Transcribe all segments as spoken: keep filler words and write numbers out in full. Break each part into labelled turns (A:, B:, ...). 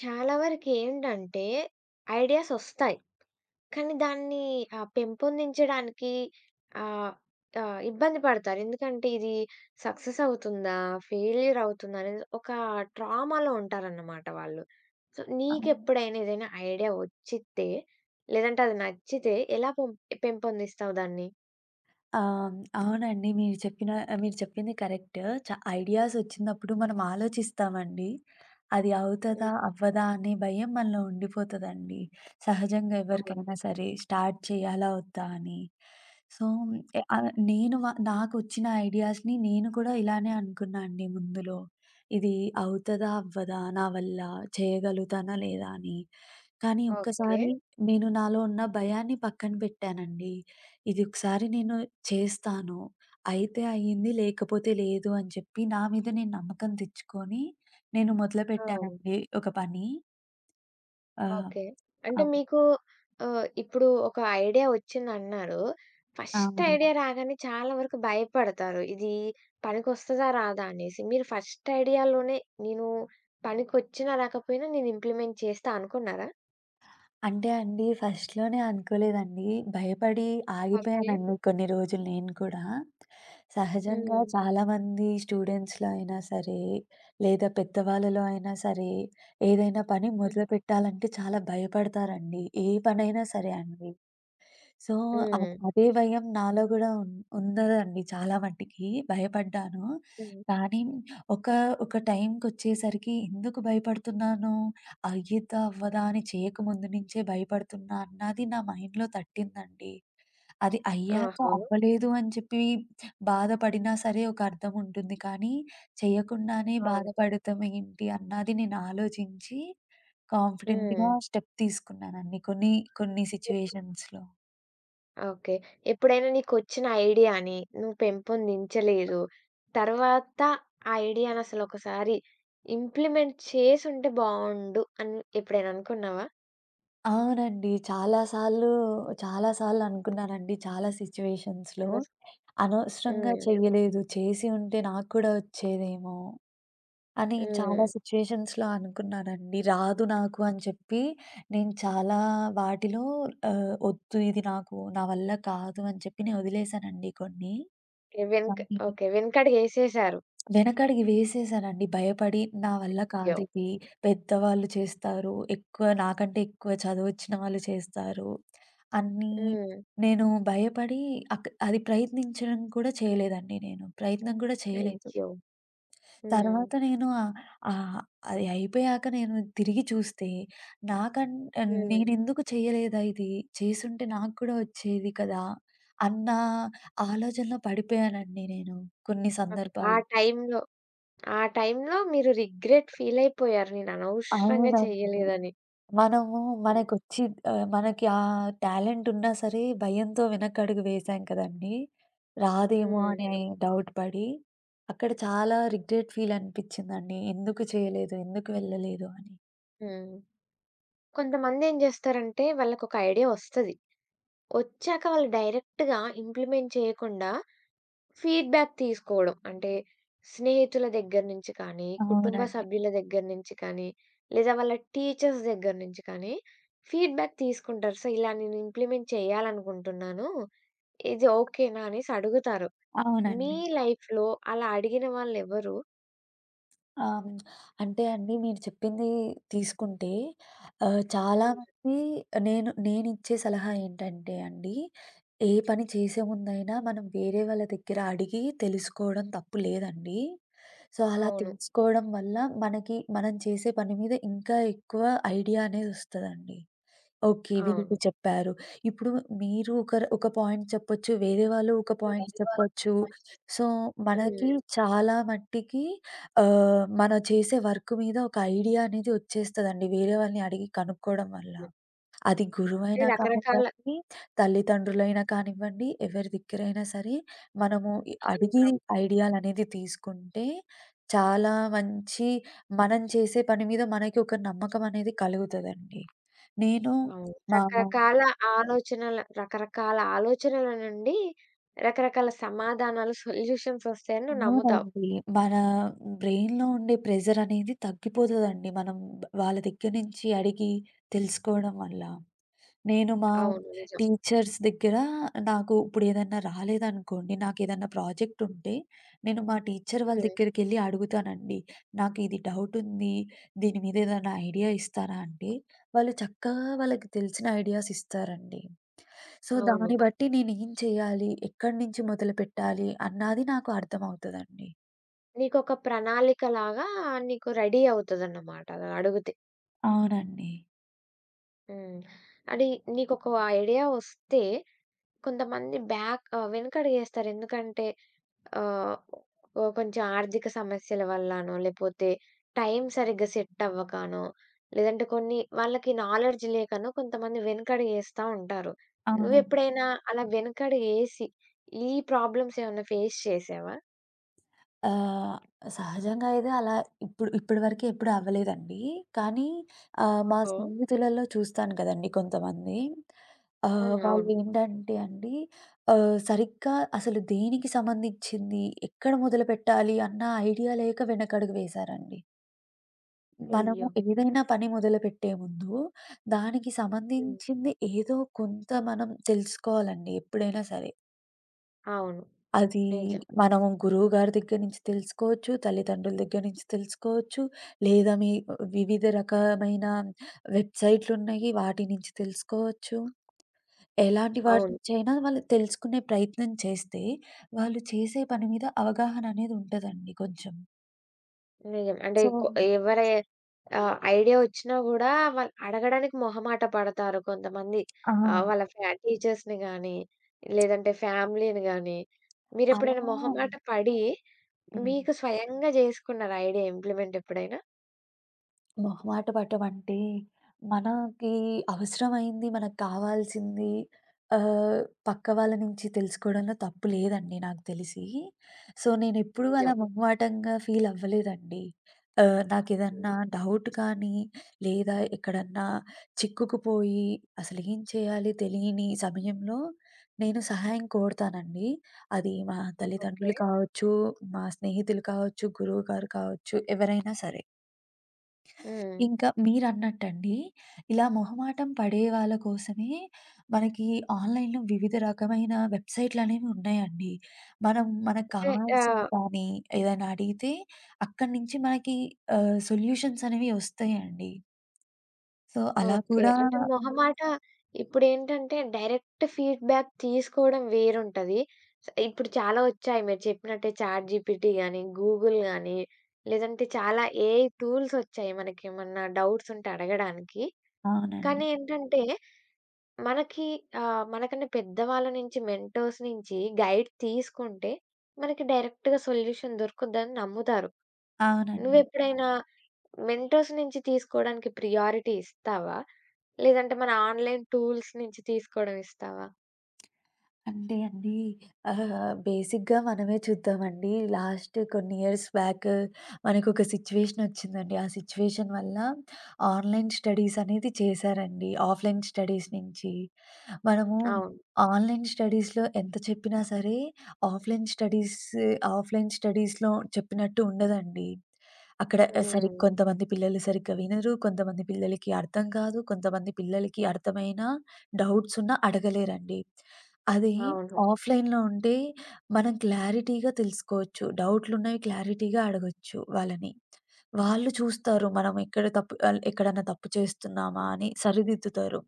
A: చాలా వరకేంటంటే ఐడియాసొస్తాయి. కానీ దాన్ని ఆహ్, పెంపొందించడానికి ఆహ్, ఆహ్, ఇబ్బంది పడతారు. ఎందుకంటే ఇది సక్సెస్ అవుతుందా? ఫెయిల్యూర్ అవుతుందా? అనేది ఒక ట్రామాలో ఉంటారన్నమాట వాళ్ళు. సో,
B: అవును.
A: నీకెప్పుడైనా ఏదైనా ఐడియా వచ్చితే, లేదంటే అది నచ్చితే ఎలా పొం పెంపొందిస్తావు దాన్ని?
B: ఆహ్, అవునండి. మీరు చెప్పిన మీరు చెప్పింది కరెక్ట్. చ ఐడియాస్ ఒచ్చినప్పుడు మనం ఆలోచిస్తామండి. అది అవుతదా?
A: హ్మ్.
B: అవ్వదా? అనే భయం మనలో ఉండిపోతదండి. సహజంగా
A: అవును.
B: ఎవరికైనా సరే స్టార్ట్ చేయాలా? వద్దా? అని. సో, ఎ ఆహ్, నేను వ నాకొచ్చిన ఐడియాస్‌ని నేను కూడా ఇలానే అనుకున్నా అండి ముందులో. ఇది అవుతదా? అవ్వదా? నా వల్ల చేయగలుగుతానా? లేదా? అని. కానీ
A: ఓకే.
B: ఒక్కసారి నేను నాలో ఉన్న భయాన్ని పక్కన పెట్టానండి. ఇది ఒకసారి నేను చేస్తాను. అయితే అయింది, లేకపోతే లేదు అని చెప్పి నా మీద నేను నమ్మకం తెచ్చుకొని నేను
A: ఓహ్!
B: మొదలుపెట్టానండి ఒక పని. ఆహ్,
A: ఓకే. అంటే
B: అవును.
A: మీకు ఆహ్, ఇప్పుడు ఒక ఐడియా వచ్చిందన్నారు. ఫస్ట్ ఐడియా
B: అవునండి.
A: రాగానే చాలా వరకు భయపడతారు. ఇది పనికొస్తదా? రాదా? అనేసి. మీరు ఫస్ట్ ఐడియాలోనే నేను పనికొచ్చినా రాకపోయినా నేను ఇంప్లిమెంట్ చేస్తా అనుకున్నారా?
B: అంటే అండి ఫస్ట్‌లోనే అనుకోలేదండి. భయపడి
A: ఓకే.
B: ఆగిపోయానండి కొన్ని రోజులు నేను కూడా. సహజంగా
A: హ్మ్.
B: చాలామంది స్టూడెంట్స్‌లో అయినా సరే, లేదా పెద్దవాళ్ళలో అయినా సరే, ఏదైనా పని
A: హ్మ్.
B: మొదలుపెట్టాలంటే చాలా భయపడతారండి. ఏ పనైనా సరే అండి. సో, అద్
A: హ్మ్.
B: అదే భయం నాలో గూడా ఉన్ ఉన్నదండి చాలా మటికి. భయపడ్డాను.
A: హ్మ్.
B: కానీ ఒక, ఒక టైంకొచ్చేసరికి ఎందుకు భయపడుతున్నాను? అయ్యిద్దా? అవ్వదా? అని చేయకముందు నుంచే భయపడుతున్నా అన్నది నా మైండ్‌లో తట్టిందండి. అది అయ్యాక
A: ఆహా!
B: అవ్వలేదు అని చెప్పి బాధపడినా సరే ఒక అర్థం ఉంటుంది. కానీ చేయకుండానే
A: అవును.
B: బాధపడటం ఏంటి అన్నది నేను ఆలోచించి కాన్ఫిడెంట్‌గా
A: హ్మ్.
B: స్టెప్ తీసుకున్నానండి కొన్ని, కొన్ని సిట్యుయేషన్స్‌లో.
A: ఓకే. ఎప్పుడైనా నీకొచ్చిన ఐడియాని నువ్వు పెంపొందించలేదు. తర్వాత ఆ ఐడియాని అసలొకసారి ఇంప్లిమెంట్ చేసుంటే బావుండు అని ఎప్పుడైనా అనుకున్నావా?
B: అవునండి. చాలా సార్లు, చాలా సార్లు అనుకున్నానండి. చాలా సిట్యుయేషన్స్‌లో
A: అనస్
B: అనవసరంగా
A: హ్మ్.
B: చేయలేదు. చేసి ఉంటే నాకు కూడా వచ్చేదేమో అని చాలా
A: హ్మ్.
B: సిట్యుయేషన్స్‌లో అనుకున్నానండి. రాదు నాకు అని చెప్పి నేను చాలా వాటిలో ఆహ్, వద్దు ఇది నాకు నా వల్ల కాదు అని చెప్పి నేను వదిలేసానండి కొన్ని.
A: ఓకే. వెనక
B: కానీ
A: ఓకే. వెనకడుగేసేశారు.
B: వెనకడుగు వేసేసానండి భయపడి నా వల్ల
A: అయ్యో!
B: కాదు ఇది. పెద్దవాళ్ళు చేస్తారు. ఎక్కువ నాకంటే ఎక్కువ చదువొచ్చిన వాళ్ళు చేస్తారు. అన్నీ
A: హ్మ్.
B: నేను భయపడి అక్ అది ప్రయత్నించడం కూడా చేయలేదండి నేను. ప్రయత్నం కూడా చేయలేదు.
A: అయ్యో! హ్మ్.
B: తర్వాత నేను ఆహ్, ఆహ్, అది అయిపోయాక నేను తిరిగి చూస్తే నాకన్
A: హ్మ్.
B: నేనెందుకు చేయలేదా ఇది? చేసుంటే నాకు కూడా వచ్చేది కదా! అన్న ఆలోచనలో పడిపోయానండి నేను కొన్ని
A: ఓకే. ఆ
B: సందర్భాల్లో.
A: టైంలో ఆ టైంలో మీరు రిగ్రెట్ ఫీలయిపోయారు. నేను అనవసరంగా
B: అవునండి.
A: చేయలేదని.
B: మనము
A: హ్మ్.
B: మనకొచ్చి ఆహ్, మనకి ఆ టాలెంట్ ఉన్నా సరే భయంతో వెనకడుగు వేశాం కదండీ! రాదేమో అనే
A: హ్మ్.
B: డౌట్ పడి, అక్కడ చాలా రిగ్రెట్ ఫీల్ అనిపించిందండి. ఎందుకు చేయలేదు? ఎందుకు వెళ్ళలేదు? అని.
A: హ్మ్. కొంతమందేం జేస్తారంటే వాళ్ళకొక ఐడియా వస్తది. ఒచ్చాక వాళ్ళు డైరెక్ట్‌గా ఇంప్లిమెంట్ చేయకుండా, ఫీడ్‌బ్యాక్ తీసుకోవడం. అంటే, స్నేహితుల దగ్గర నుంచి కానీ, కుటుంబ
B: అవునండి.
A: సభ్యుల దగ్గర నుంచి కానీ, లేదా వాళ్ళ టీచర్స్ దగ్గర నుంచి కానీ, ఫీడ్‌బ్యాక్ తీసుకుంటారు. సో, ఇలా నేను ఇంప్లిమెంట్ చేయాలనుకుంటున్నాను. ఇది ఓకేనా అనేసి అడుగుతారు. మీ
B: అవునండి.
A: లైఫ్‌లో అలా అడిగిన వాళ్ళెవరు?
B: ఆ! హ్మ్. అంటే అండి మీరు చెప్పింది తీసుకుంటే ఆహ్, చాలా
A: హ్మ్.
B: మంది నేను నేనిచ్చే సలహా ఏంటంటే అండి, ఏ పని చేసే ముందైనా మనం వేరే వాళ్ళ దగ్గర అడిగి తెలుసుకోవడం తప్పు లేదండి. సో, అలా
A: అవును.
B: తెలుసుకోవడం వల్ల మనకి మనం చేసే పని మీద ఇంకా ఎక్కువ ఐడియా అనేదొస్తదండి. ఓకే. వీళ్ళకి
A: అవును.
B: చెప్పారు. ఇప్పుడు మీరు ఒకరు ఒక పాయింట్ చెప్పొచ్చు. వేరే వాళ్ళు ఒక
A: వేరే
B: పాయింట్
A: వాళ్ళు
B: చెప్పొచ్చు. సో,
A: హ్మ్.
B: మనకి చాలా మట్టికి ఆహ్, మనం చేసే వర్క్ మీద ఒక ఐడియా అనేది వచ్చేస్తదండి. వేరే వాళ్ళని అడిగి కనుక్కోవడం వల్ల. అది
A: అంటే
B: గురువైనా
A: రకరకాల
B: కానివ్వండి, తల్లిదండ్రులైనా కానివ్వండి, ఎవరి దగ్గరైనా సరే మనము ఇ అడిగి
A: హ్మ్.
B: ఐడియాలనేది తీసుకుంటే చాలా మంచి మనం చేసే పని మీద మనకి ఒక నమ్మకం అనేది కలుగుతదండి. నేను
A: అవును.
B: మా
A: రకరకాల ఆలోచనల రకరకాల ఆలోచనల నుండి రకరకాల సమాధానాలు, సొల్యూషన్స్ వస్తాయని నువ్వు నమ్ముతావు.
B: అవునండి. మన బ్రెయిన్‌లో ఉండే ప్రెషర్ అనేది తగ్గిపోతదండి. మనం బ- వాళ్ళ దగ్గర నుంచి అడిగి తెలుసుకోవడం వల్ల. నేను మా
A: అవును. నిజం.
B: టీచర్స్ దగ్గర నాకు ఇప్పుడు ఏదన్నా రాలేదనుకోండి, నాకేదన్నా ప్రాజెక్ట్ ఉంటే, నేను మా టీచర్ వాళ్ళ
A: హ్మ్.
B: దగ్గరికెళ్ళి అడుగుతానండి. నాకు ఇది డౌట్ ఉంది. దీని మీద ఏదైనా ఐడియా ఇస్తారా అంటే, వాళ్ళు చక్కగా వాళ్ళకి తెలిసిన ఐడియాస్ ఇస్తారండి. సో,
A: అవును.
B: దాన్ని బట్టి నేనేం చేయాలి? ఎక్కడి నుంచి మొదలుపెట్టాలి? అన్నది నాకు అర్థమవుతదండి.
A: నీకొక ప్రణాళికలాగా నీకు రెడీ అవుతదన్నమాట అలా అడుగుతే.
B: అవునండి.
A: హ్మ్. అది నీకొక ఐడియా వస్తే కొంతమంది బ్యాక్ ఆహ్, వెనకడుగేస్తారు. ఎందుకంటే ఆహ్, ఓహ్! కొంచెం ఆర్థిక సమస్యల వల్లనో, లేపోతే టైం సరిగ్గా సెట్ అవ్వకనో, లేదంటే కొన్ని వాళ్ళకి నాలెడ్జ్ లేకనో కొంతమంది వెనకడుగేస్తా ఉంటారు.
B: అవునండి.
A: నువ్వెప్పుడైనా అలా వెనకడుగేసి, ఈ ప్రాబ్లమ్స్ ఏమన్నా ఫేస్ చేశావా?
B: ఆహ్, సహజంగా అయితే అలా ఇప్పుడు ఇప్పటి వరకు ఎప్పుడు అవ్వలేదండి. కానీ ఆహ్, మా
A: ఓహో!
B: స్నేహితులలో చూస్తాను కదండీ కొంతమంది. ఆహ్,
A: హ్మ్. అవును.
B: వాళ్ళేంటంటే అండి ఆహ్, సరిగ్గా అసలు దేనికి సంబంధించింది? ఎక్కడ మొదలుపెట్టాలి? అన్న ఐడియా లేక వెనకడుగు వేశారండి. మనము
A: అయ్యో!
B: ఏదైనా పని మొదలుపెట్టే ముందు, దానికి
A: హ్మ్.
B: సంబంధించింది ఏదో కొంత మనం తెలుసుకోవాలండి ఎప్పుడైనా సరే.
A: అవును.
B: అది
A: నిజం.
B: మనము గురువు గారి దగ్గర నుంచి తెలుసుకోవచ్చు, తల్లిదండ్రుల దగ్గర నుంచి తెలుసుకోవచ్చు, లేదా మీ వివిధ రకమైన వెబ్‌సైట్‌లున్నాయి వాటి నుంచి తెలుసుకోవచ్చు. ఎలాంటి వాటి
A: అవును.
B: నుంచైనా వాళ్ళు తెలుసుకునే ప్రయత్నం చేస్తే, వాళ్ళు చేసే పని మీద అవగాహన అనేది ఉంటదండి కొంచెం.
A: నిజం. అంటే
B: సో
A: కొ ఎవరి ఆహ్, ఐడియా వచ్చినా గూడా వాళ్ళు అడగడానికి మొహమాట పడతారు కొంతమంది.
B: ఆ!
A: ఆహ్, వాళ్ళ ఫ్యా టీచర్స్‌ని గానీ, లేదంటే ఫ్యామిలీని గానీ,
B: అలా
A: మీరెప్పుడైనా మొహమాట పడి,
B: హ్మ్.
A: మీకు స్వయంగా జేసుకున్నారా ఐడియా ఇంప్లిమెంట్ ఎప్పుడైనా?
B: మొహమాట పడటం అంటే, మనకి అవసరమైంది, మనకు కావాల్సింది ఆహ్, పక్క వాళ్ళ నుంచి తెలుసుకోవడంలో తప్పు లేదండి నాకు తెలిసి. సో, నేనెప్పుడూ అలా
A: నిజం.
B: మొహమాటంగా ఫీల్ అవ్వలేదండి. ఆహ్,
A: హ్మ్.
B: నాకేదన్నా డౌట్ కానీ, లేదా ఎక్కడన్నా చిక్కుకుపోయి అసలేం చేయాలి తెలియని సమయంలో నేను సహాయం కోరుతానండి. అది మా
A: ఓకే.
B: తల్లిదండ్రులు కావచ్చు, మా స్నేహితులు కావచ్చు, గురువుగారు కావచ్చు, ఎవరైనా సరే.
A: హ్మ్.
B: ఇంకా మీరన్నట్టండి, ఇలా మొహమాటం పడే వాళ్ళ కోసమే మనకి ఆన్‌లైన్‌లో వివిధ రకమైన వెబ్‌సైట్‌లనేవి ఉన్నాయండి. మనం మనకు
A: అంటే
B: కావాల్సిన
A: ఆహ్
B: కానీ ఏదైనా అడిగితే అక్కడి నుంచి మనకి ఆహ్, సొల్యూషన్స్ అనేవి వస్తాయండి. సో, అలా
A: ఓకే.
B: కూడా
A: అంటే మొహమాట ఇప్పుడేంటంటే డైరెక్ట్ ఫీడ్‌బ్యాక్ తీసుకోవడం వేరుంటది. స ఇప్పుడు చాలా వచ్చాయి మీరు చెప్పినట్టే చాట్‌జీపీటీ గాని, గూగుల్ గాని, లేదంటే చాలా ఏఐ టూల్స్ వచ్చాయి మనకేమన్నా డౌట్స్ ఉంటే అడగడానికి.
B: అవునండి.
A: కానీ ఏంటంటే మనకి ఆహ్, మనకన్నా పెద్దవాళ్ళ నుంచి మెంటోర్స్ నుంచి గైడ్ తీసుకుంటే మనకి డైరెక్ట్‌గా సొల్యూషన్ దొరుకుద్దని నమ్ముతారు.
B: అవునండి.
A: నువ్వెప్పుడైనా మెంటర్స్ నుంచి తీసుకోడానికి ప్రియారిటీ ఇస్తావా? లేదంటే మన ఆన్‌లైన్ టూల్స్ నుంచి తీసుకోవడం ఇస్తావా?
B: అంటే అండి ఆహ్, బేసిక్‌గా మనమే చూద్దామండి. లాస్ట్ కొన్ని ఇయర్స్ బ్యాక్ మనకొక సిట్యుయేషన్ వచ్చిందండి. ఆ సిట్యుయేషన్ వల్ల ఆన్‌లైన్ స్టడీస్ అనేది చేశారండి. ఆఫ్‌లైన్ స్టడీస్ నుంచి. మనము
A: అవును.
B: ఆన్‌లైన్ స్టడీస్‌లో ఎంత చెప్పినా సరే, ఆఫ్‌లైన్ స్టడీస్ ఆఫ్‌లైన్ స్టడీస్‌లో చెప్పినట్టు ఉండదండి. అక్కడ ఆహ్, సరి
A: హ్మ్.
B: కొంతమంది పిల్లలు సరిగ్గా వినరు. కొంతమంది పిల్లలకి అర్థం కాదు. కొంతమంది పిల్లలకి అర్థమైనా, డౌట్స్ ఉన్నా అడగలేరండి. అదే
A: అవును.
B: ఆఫ్‌లైన్‌లో ఉంటే మనం క్లారిటీగా తెలుసుకోవచ్చు. డౌట్‌లున్నవి క్లారిటీగా అడగొచ్చు వాళ్ళని. వాళ్ళు చూస్తారు మనం ఎక్కడ తప్పు ఆల్ ఎక్కడన్నా తప్పు చేస్తున్నామా
A: హ్మ్.
B: అని సరిదిద్దుతారు.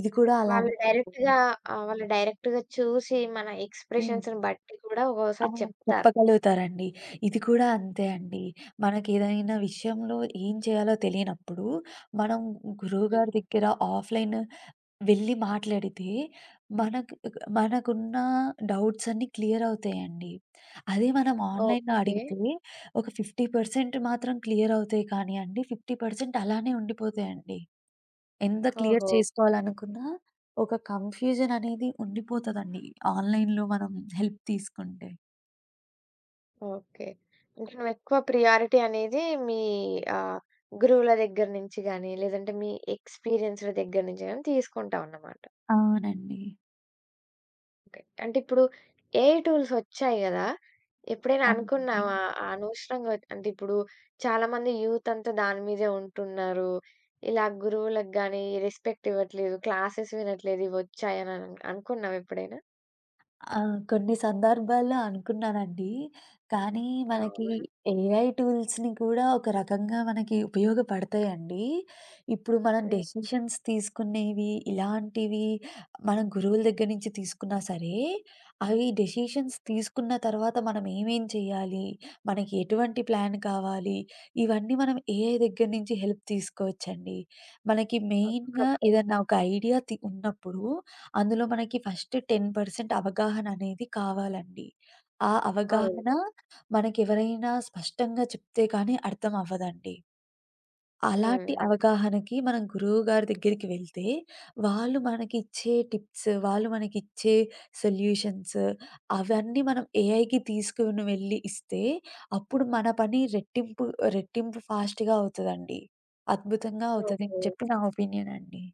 B: ఇది కూడా
A: వాళ్ళు
B: అలానే
A: డైరెక్ట్‌గా ఆహ్, వాళ్ళు డైరెక్ట్‌గా చూసి మన
B: హ్మ్.
A: ఎక్స్‌ప్రెషన్స్‌ని బట్టి కూడా
B: ఆ!
A: ఒక్కోసారి చెప్తారు.
B: చెప్పగలుగుతారండి. ఇది కూడా అంతే అండి. మనకేదైనా విషయంలో ఏం చేయాలో తెలియనప్పుడు, మనం
A: హ్మ్.
B: గురువుగారి దగ్గర ఆఫ్‌లైన్ వెళ్ళి మాట్లాడితే, మనకు మనకున్న డౌట్స్ అన్నీ క్లియర్ అవుతాయండి. అదే మనం ఆన్‌లైన్‌లో
A: ఓకే.
B: అడిగితే ఒక యాభై శాతం మాత్రం క్లియర్ అవుతాయి కానియండి, యాభై శాతం అలానే ఉండిపోతాయండి. ఎంత క్లియర్
A: ఓహో!
B: చేసుకోవాలనుకున్నా, ఒక కన్‌ఫ్యూజన్ అనేది ఉండిపోతదండి. ఆన్‌లైన్‌లో మనం హెల్ప్ తీసుకుంటే.
A: ఓకే. అంటే నువ్వెక్కువ ప్రియారిటీ అనేది మీ ఆహ్, గురువుల దగ్గర నుంచి గాని, లేదంటే మీ ఎక్స్‌పీరియన్స్‌ల దగ్గర నుంచి గాని తీసుకుంటావన్నమాట.
B: అవునండి.
A: ఓకే. అంటే ఇప్పుడు ఏఐ టూల్స్ వచ్చాయి గదా! ఎప్పుడైనా
B: అవునండి.
A: అనుకున్నావా ఆ అనవసరంగా వచ్చ- అంటే ఇప్పుడు చాలామంది యూత్ అంతా దాని మీదే ఉంటున్నారు. ఇలా గురువులకు గాని రెస్పెక్ట్ ఇవ్వట్లేదు. క్లాసెస్ వినట్లేదు ఇవొచ్చాయని అన్ అనుకున్నావా ఎప్పుడైనా?
B: ఆ! కొన్ని సందర్భాల్లో అనుకున్నానండి. కానీ మనకి
A: అవును.
B: ఏఐ టూల్స్‌ని కూడా ఒక రకంగా మనకి ఉపయోగపడతాయండి. ఇప్పుడు మనం
A: హ్మ్.
B: డెసిషన్స్ తీసుకునేవి ఇలాంటివి మన గురువుల దగ్గర నుంచి తీసుకున్నా సరే, అవి డెసిషన్స్ తీసుకున్న తర్వాత మనం ఏమేం చేయాలి? మనకి ఎటువంటి ప్లాన్ కావాలి? ఇవన్నీ మనం ఏఐ దగ్గర నుంచి హెల్ప్ తీసుకోవచ్చండి. మనకి
A: ఒకప్పుడు.
B: మెయిన్‌గా ఏదన్నా ఒక ఐడియా తి ఉన్నప్పుడు అందులో మనకి ఫస్ట్ పది శాతం అవగాహన అనేది కావాలండి. ఆ
A: అవును.
B: అవగాహన మనకెవరైనా స్పష్టంగా చెప్తే కానీ అర్థం అవ్వదండి. అలాంటి
A: హ్మ్.
B: అవగాహనకి మనం గురువుగారి దగ్గరికి వెళ్తే, వాళ్ళు మనకిచ్చే టిప్స్, వాళ్ళు మనకిచ్చే సొల్యూషన్స్ అవన్నీ మనం ఏఐకి తీసుకొని వెళ్లి ఇస్తే, అప్పుడు మన పని రెట్టింపు రెట్టింపు ఫాస్ట్‌గా అవుతదండి. అద్భుతంగా అవుతదని
A: ఓకే.
B: చెప్పి నా ఒపీనియన్ అండి.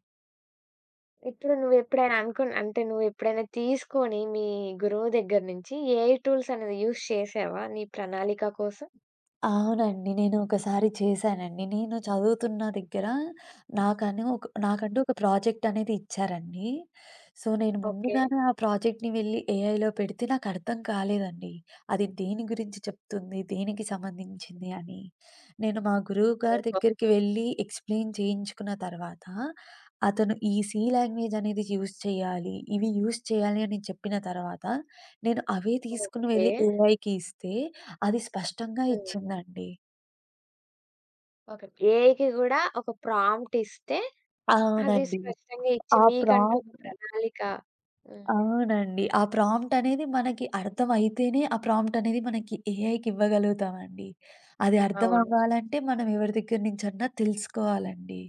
A: ఇప్పుడు నువ్వెప్పుడైనా అనుకున్న అంటే నువ్వెప్పుడైనా తీసుకొని మీ గురువు దగ్గర నుంచి ఏఐ టూల్స్ అనేది యూజ్ చేశావా నీ ప్రణాళిక కోసం?
B: అవునండి. నేను ఒకసారి చేశానండి. నేను చదువుతున్న దగ్గర నాకని ఒక నాకంటూ ఒక ప్రాజెక్ట్ అనేది ఇచ్చారండి. సో, నేను
A: ఓకే.
B: ముందుగానే ఆ ప్రాజెక్ట్‌ని వెళ్లి ఏఐలో పెడితే నాకు అర్థం కాలేదండి. అది దేని గురించి చెప్తుంది? దేనికి సంబంధించింది అని. నేను మా గురువు గారి
A: ఓహో!
B: దగ్గరికి వెళ్లి ఎక్స్‌ప్లెయిన్ చేయించుకున్న తర్వాత, అతను ఈ సి లాంగ్వేజ్ అనేది యూజ్ చేయాలి. ఇవి యూజ్ చేయాలి అని చెప్పిన తర్వాత, నేను అవే తీసుకొని
A: ఓకే.
B: వెళ్లి ఏఐకి ఇస్తే అది స్పష్టంగా
A: హ్మ్.
B: ఇచ్చిందండి.
A: ఓకే. ఏఐకి గూడా ఒక ప్రాంప్ట్ ఇస్తే అది
B: అవునండి.
A: స్పష్టంగా ఇచ్చి
B: ఆ
A: మీకంటూ
B: ప్రాం
A: ఒక ప్రణాళిక హ్మ్.
B: అవునండి. ఆ ప్రాంప్ట్ అనేది మనకి అర్థమైతేనే ఆ ప్రాంప్ట్ అనేది మనకి ఏఐకి ఇవ్వగలుగుతామండి. అది అర్థం
A: అవును.
B: అవ్వాలంటే మనం ఎవరి దగ్గర నుంచన్నా తెలుసుకోవాలండి.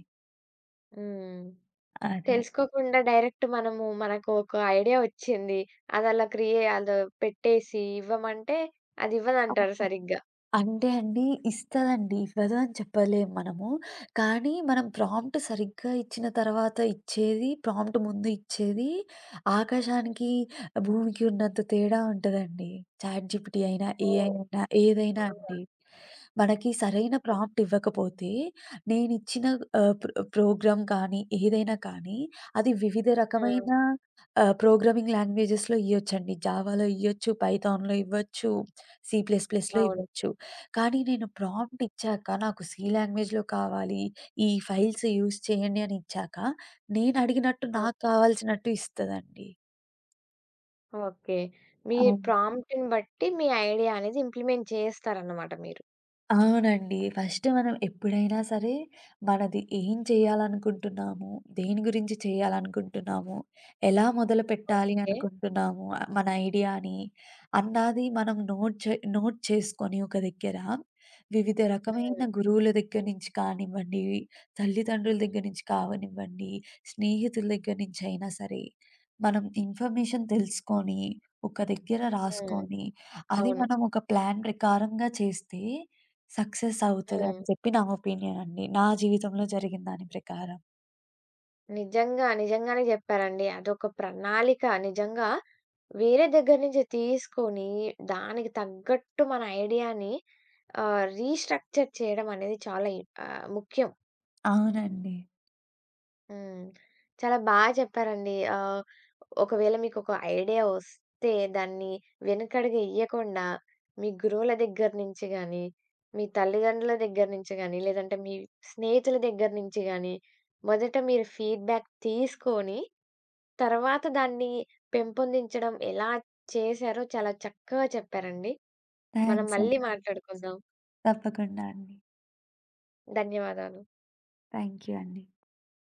A: హ్మ్.
B: అదే.
A: తెలుసుకోకుండా డైరెక్ట్ మనము మనకు ఒక ఐడియా వచ్చింది. అది అలా క్రియే అలా పెట్టేసి ఇవ్వమంటే అది
B: ఆ!
A: ఇవ్వదంటారు సరిగ్గా.
B: అంటే అండి ఇస్తదండి. ఇవ్వదు అని చెప్పలేం మనము. కానీ మనం ప్రాంప్ట్ సరిగ్గా ఇచ్చిన తర్వాత ఇచ్చేది, ప్రాంప్ట్ ముందు ఇచ్చేది ఆకాశానికి, భూమికి ఉన్నంత తేడా ఉంటదండి. చాట్‌జీపీటీ అయినా, ఏఐ
A: ఓహ్!
B: అయినా ఏదైనా
A: అవునా?
B: అండి. మనకి సరైన ప్రాంప్ట్ ఇవ్వకపోతే నేనిచ్చిన ఆహ్, ప్రో ప్రోగ్రామ్ కానీ, ఏదైనా కానీ అది వివిధ రకమైన
A: ఆ!
B: ఆహ్, ప్రోగ్రామింగ్ లాంగ్వేజెస్‌లో ఇయ్యొచ్చండి. జావాలో ఇయ్యొచ్చు, పైథాన్‌లో ఇవ్వచ్చు, సి ప్లస్ ప్లస్‌లో
A: అవును.
B: ఇవ్వచ్చు. కానీ నేను ప్రాంప్ట్ ఇచ్చాక, నాకు సి లాంగ్వేజ్‌లో కావాలి, ఈ ఫైల్స్ యూజ్ చేయండి అని ఇచ్చాక, నేను అడిగినట్టు
A: ఓహ్!
B: నాకు కావాల్సినట్టు ఇస్తదండి.
A: ఓకే. మీ ప్రాంప్ట్‌ని బట్టి మీ ఐడియా అనేది ఇంప్లిమెంట్ చేస్తారన్నమాట మీరు.
B: అవునండి. ఫస్ట్ మనం ఎప్పుడైనా సరే, మనది ఏం చేయాలనుకుంటున్నాము, దేని గురించి చేయాలనుకుంటున్నాము, ఎలా మొదలుపెట్టాలి
A: ఓకే.
B: అనుకుంటున్నాము ఆ మన ఐడియాని, అన్నది మనం నోట్ చే నోట్ చేసుకొని ఒక దగ్గర, వివిధ రకమైన
A: హ్మ్.
B: గురువుల దగ్గర నుంచి కానివ్వండి, తల్లిదండ్రుల దగ్గర నుంచి కానివ్వండి, స్నేహితుల దగ్గర నుంచి అయినా సరే, మనం ఇన్ఫర్మేషన్ తెలుసుకొని, ఒక దగ్గర
A: హ్మ్.
B: రాసుకొని, అది
A: అవును.
B: మనం ఒక ప్లాన్ ప్రకారంగా చేస్తే సక్సెస్
A: హ్మ్.
B: అవుతదని చెప్పి నా ఒపీనియన్ అండి. నా జీవితంలో జరిగిన దాని ప్రకారం.
A: నిజంగా. నిజంగానే జెప్పారండి. అదొక ప్రణాళిక నిజంగా వేరే దగ్గర నుంచి తీసుకొని, దానికి తగ్గట్టు మన ఐడియాని ఆహ్, రీస్ట్రక్చర్ చేయడం అనేది చాలా ఆహ్, ముఖ్యం.
B: అవునండి.
A: హ్మ్. చాలా బాగా చెప్పారండి. ఆహ్, ఒకవేళ మీకొక ఐడియా వస్తే దాన్ని వెనకడుగు ఎయ్యకుండా మీ గురువుల దగ్గర నుంచి గానీ, మీ తల్లిదండ్రుల దగ్గర నుంచి గానీ, లేదంటే మీ స్నేహితుల దగ్గర నుంచి గానీ, మొదట మీరు ఫీడ్‌బ్యాక్ తీసుకొని, తర్వాత దాన్ని పెంపొందించడం ఎలా చేశారో చాలా చక్కగా చెప్పారండి. మనం
B: థాంక్స్
A: మళ్ళీ
B: అండి.
A: మాట్లాడుకుందాం.
B: తప్పకుండా అండి.
A: ధన్యవాదాలు.
B: థాంక్ యూ అండి.